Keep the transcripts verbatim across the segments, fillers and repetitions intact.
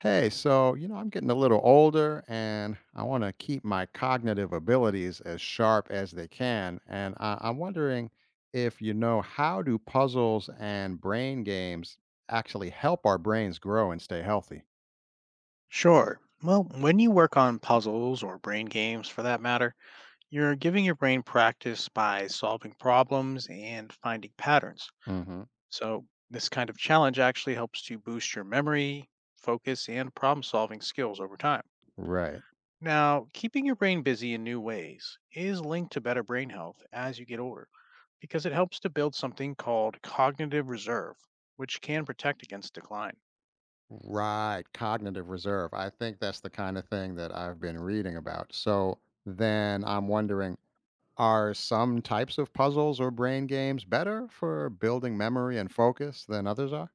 Hey, so, you know, I'm getting a little older and I want to keep my cognitive abilities as sharp as they can. And I, I'm wondering if you know how do puzzles and brain games actually help our brains grow and stay healthy? Sure. Well, when you work on puzzles or brain games for that matter, you're giving your brain practice by solving problems and finding patterns. Hmm. So, this kind of challenge actually helps to boost your memory, focus, and problem solving skills over time. Right. Now, keeping your brain busy in new ways is linked to better brain health as you get older because it helps to build something called cognitive reserve, which can protect against decline. Right. Cognitive reserve. I think that's the kind of thing that I've been reading about. So then I'm wondering are some types of puzzles or brain games better for building memory and focus than others are?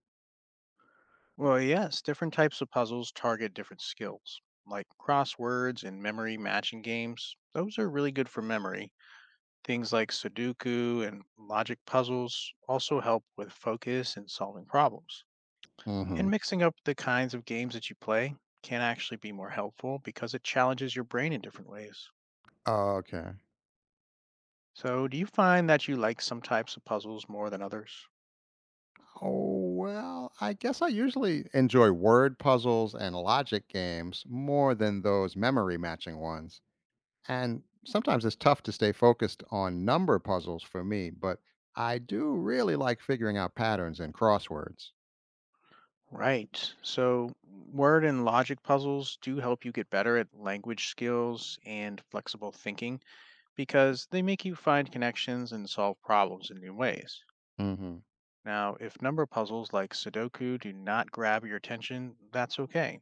Well, yes, different types of puzzles target different skills, like crosswords and memory matching games. Those are really good for memory. Things like Sudoku and logic puzzles also help with focus and solving problems. Hmm. And mixing up the kinds of games that you play can actually be more helpful because it challenges your brain in different ways. Okay. So, do you find that you like some types of puzzles more than others? Oh, well, I guess I usually enjoy word puzzles and logic games more than those memory matching ones. And sometimes it's tough to stay focused on number puzzles for me, but I do really like figuring out patterns in crosswords. Right. So, word and logic puzzles do help you get better at language skills and flexible thinking because they make you find connections and solve problems in new ways. Hmm. Now, if number puzzles like Sudoku do not grab your attention, that's okay.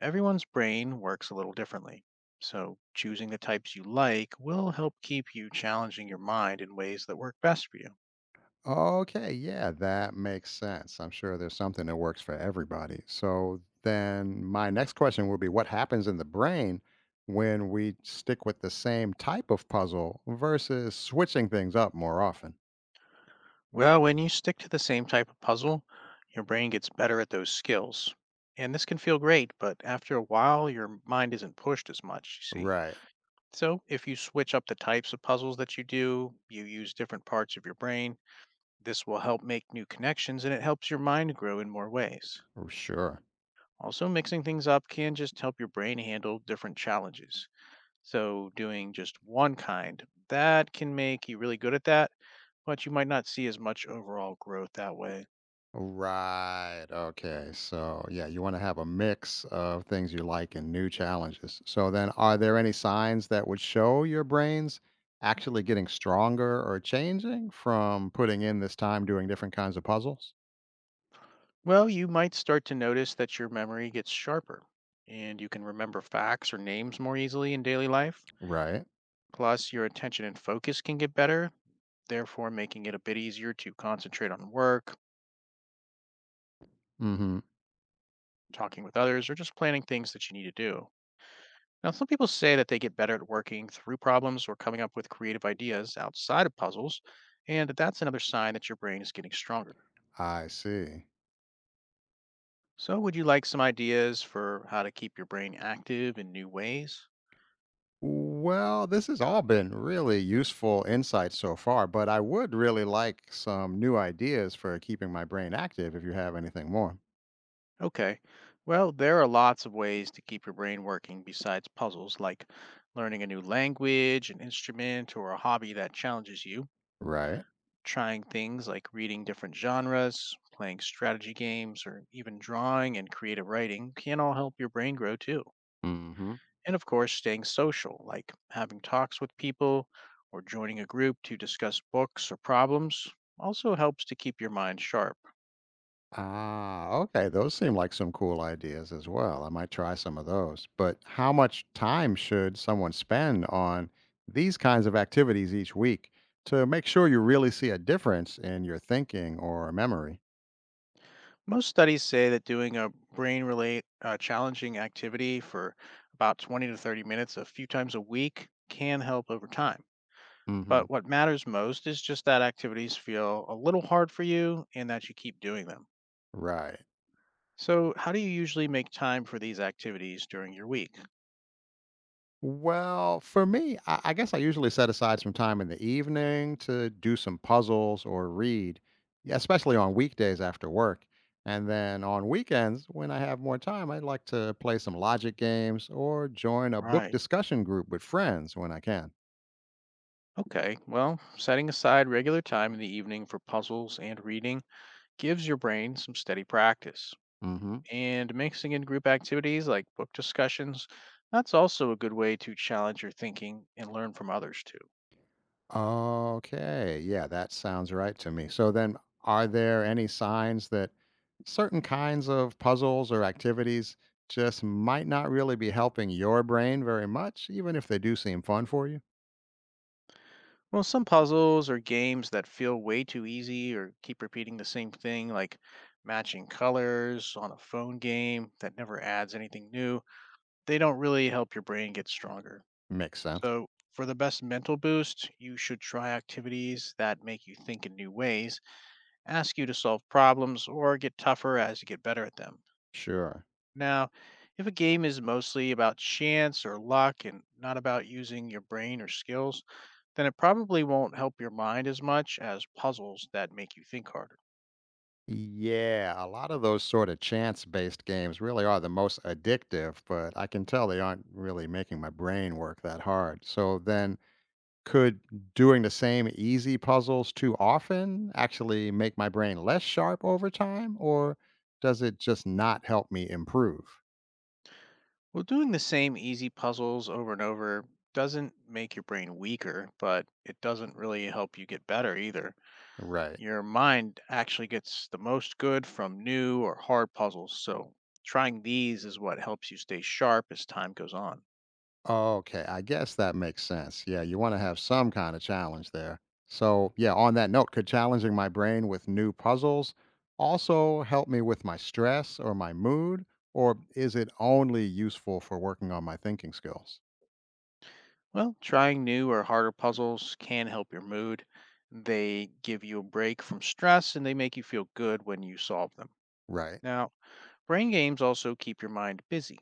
Everyone's brain works a little differently. So, choosing the types you like will help keep you challenging your mind in ways that work best for you. Okay, yeah, that makes sense. I'm sure there's something that works for everybody. So then my next question will be what happens in the brain when we stick with the same type of puzzle versus switching things up more often? Well, when you stick to the same type of puzzle, your brain gets better at those skills. And this can feel great, but after a while, your mind isn't pushed as much, you see. Right. So, if you switch up the types of puzzles that you do, you use different parts of your brain, this will help make new connections and it helps your mind grow in more ways. Sure. Also, mixing things up can just help your brain handle different challenges. So, doing just one kind, that can make you really good at that, but you might not see as much overall growth that way. Right. Okay. So, yeah, you want to have a mix of things you like and new challenges. So then, are there any signs that would show your brain's actually getting stronger or changing from putting in this time doing different kinds of puzzles? Well, you might start to notice that your memory gets sharper and you can remember facts or names more easily in daily life. Right. Plus, your attention and focus can get better, therefore, making it a bit easier to concentrate on work, Mhm. talking with others, or just planning things that you need to do. Now, some people say that they get better at working through problems or coming up with creative ideas outside of puzzles, and that that's another sign that your brain is getting stronger. I see. So, would you like some ideas for how to keep your brain active in new ways? Well, this has all been really useful insights so far, but I would really like some new ideas for keeping my brain active if you have anything more. Okay. Well, there are lots of ways to keep your brain working besides puzzles, like learning a new language, an instrument, or a hobby that challenges you, Right. trying things like reading different genres, playing strategy games, or even drawing and creative writing can all help your brain grow too. Mhm. And of course, staying social, like having talks with people or joining a group to discuss books or problems, also helps to keep your mind sharp. Ah, okay. Those seem like some cool ideas as well. I might try some of those. But how much time should someone spend on these kinds of activities each week to make sure you really see a difference in your thinking or memory? Most studies say that doing a brain relate uh, challenging activity for about twenty to thirty minutes a few times a week can help over time. Hmm. But what matters most is just that activities feel a little hard for you and that you keep doing them. Right. So, how do you usually make time for these activities during your week? Well, for me, I, I guess I usually set aside some time in the evening to do some puzzles or read, yeah, especially on weekdays after work. And then on weekends, when I have more time, I'd like to play some logic games or join a book Right. discussion group with friends when I can. Okay. Well, setting aside regular time in the evening for puzzles and reading gives your brain some steady practice, Hmm. and mixing in group activities like book discussions. That's also a good way to challenge your thinking and learn from others too. Okay. Yeah, that sounds right to me. So then, are there any signs that certain kinds of puzzles or activities just might not really be helping your brain very much, even if they do seem fun for you? Well, some puzzles or games that feel way too easy or keep repeating the same thing, like matching colors on a phone game that never adds anything new, they don't really help your brain get stronger. Makes sense. So, for the best mental boost, you should try activities that make you think in new ways, ask you to solve problems, or get tougher as you get better at them. Sure. Now, if a game is mostly about chance or luck and not about using your brain or skills, then it probably won't help your mind as much as puzzles that make you think harder. Yeah, a lot of those sort of chance based games really are the most addictive, but I can tell they aren't really making my brain work that hard. So then, Could doing the same easy puzzles too often actually make my brain less sharp over time, or does it just not help me improve? Well, doing the same easy puzzles over and over doesn't make your brain weaker, but it doesn't really help you get better either. Right. Your mind actually gets the most good from new or hard puzzles, so trying these is what helps you stay sharp as time goes on. Okay, I guess that makes sense. Yeah, you want to have some kind of challenge there. So, yeah, on that note, could challenging my brain with new puzzles also help me with my stress or my mood, or is it only useful for working on my thinking skills? Well, trying new or harder puzzles can help your mood. They give you a break from stress and they make you feel good when you solve them. Right. Now, brain games also keep your mind busy.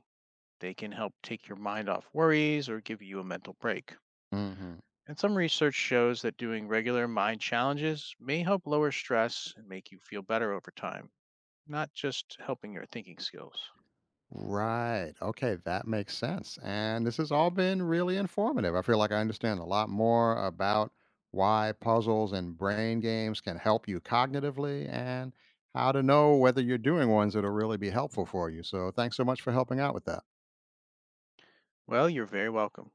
They can help take your mind off worries or give you a mental break. Hmm. And some research shows that doing regular mind challenges may help lower stress and make you feel better over time, not just helping your thinking skills. Right. Okay, that makes sense. And this has all been really informative. I feel like I understand a lot more about why puzzles and brain games can help you cognitively and how to know whether you're doing ones that'll really be helpful for you. So, thanks so much for helping out with that. Well, you're very welcome.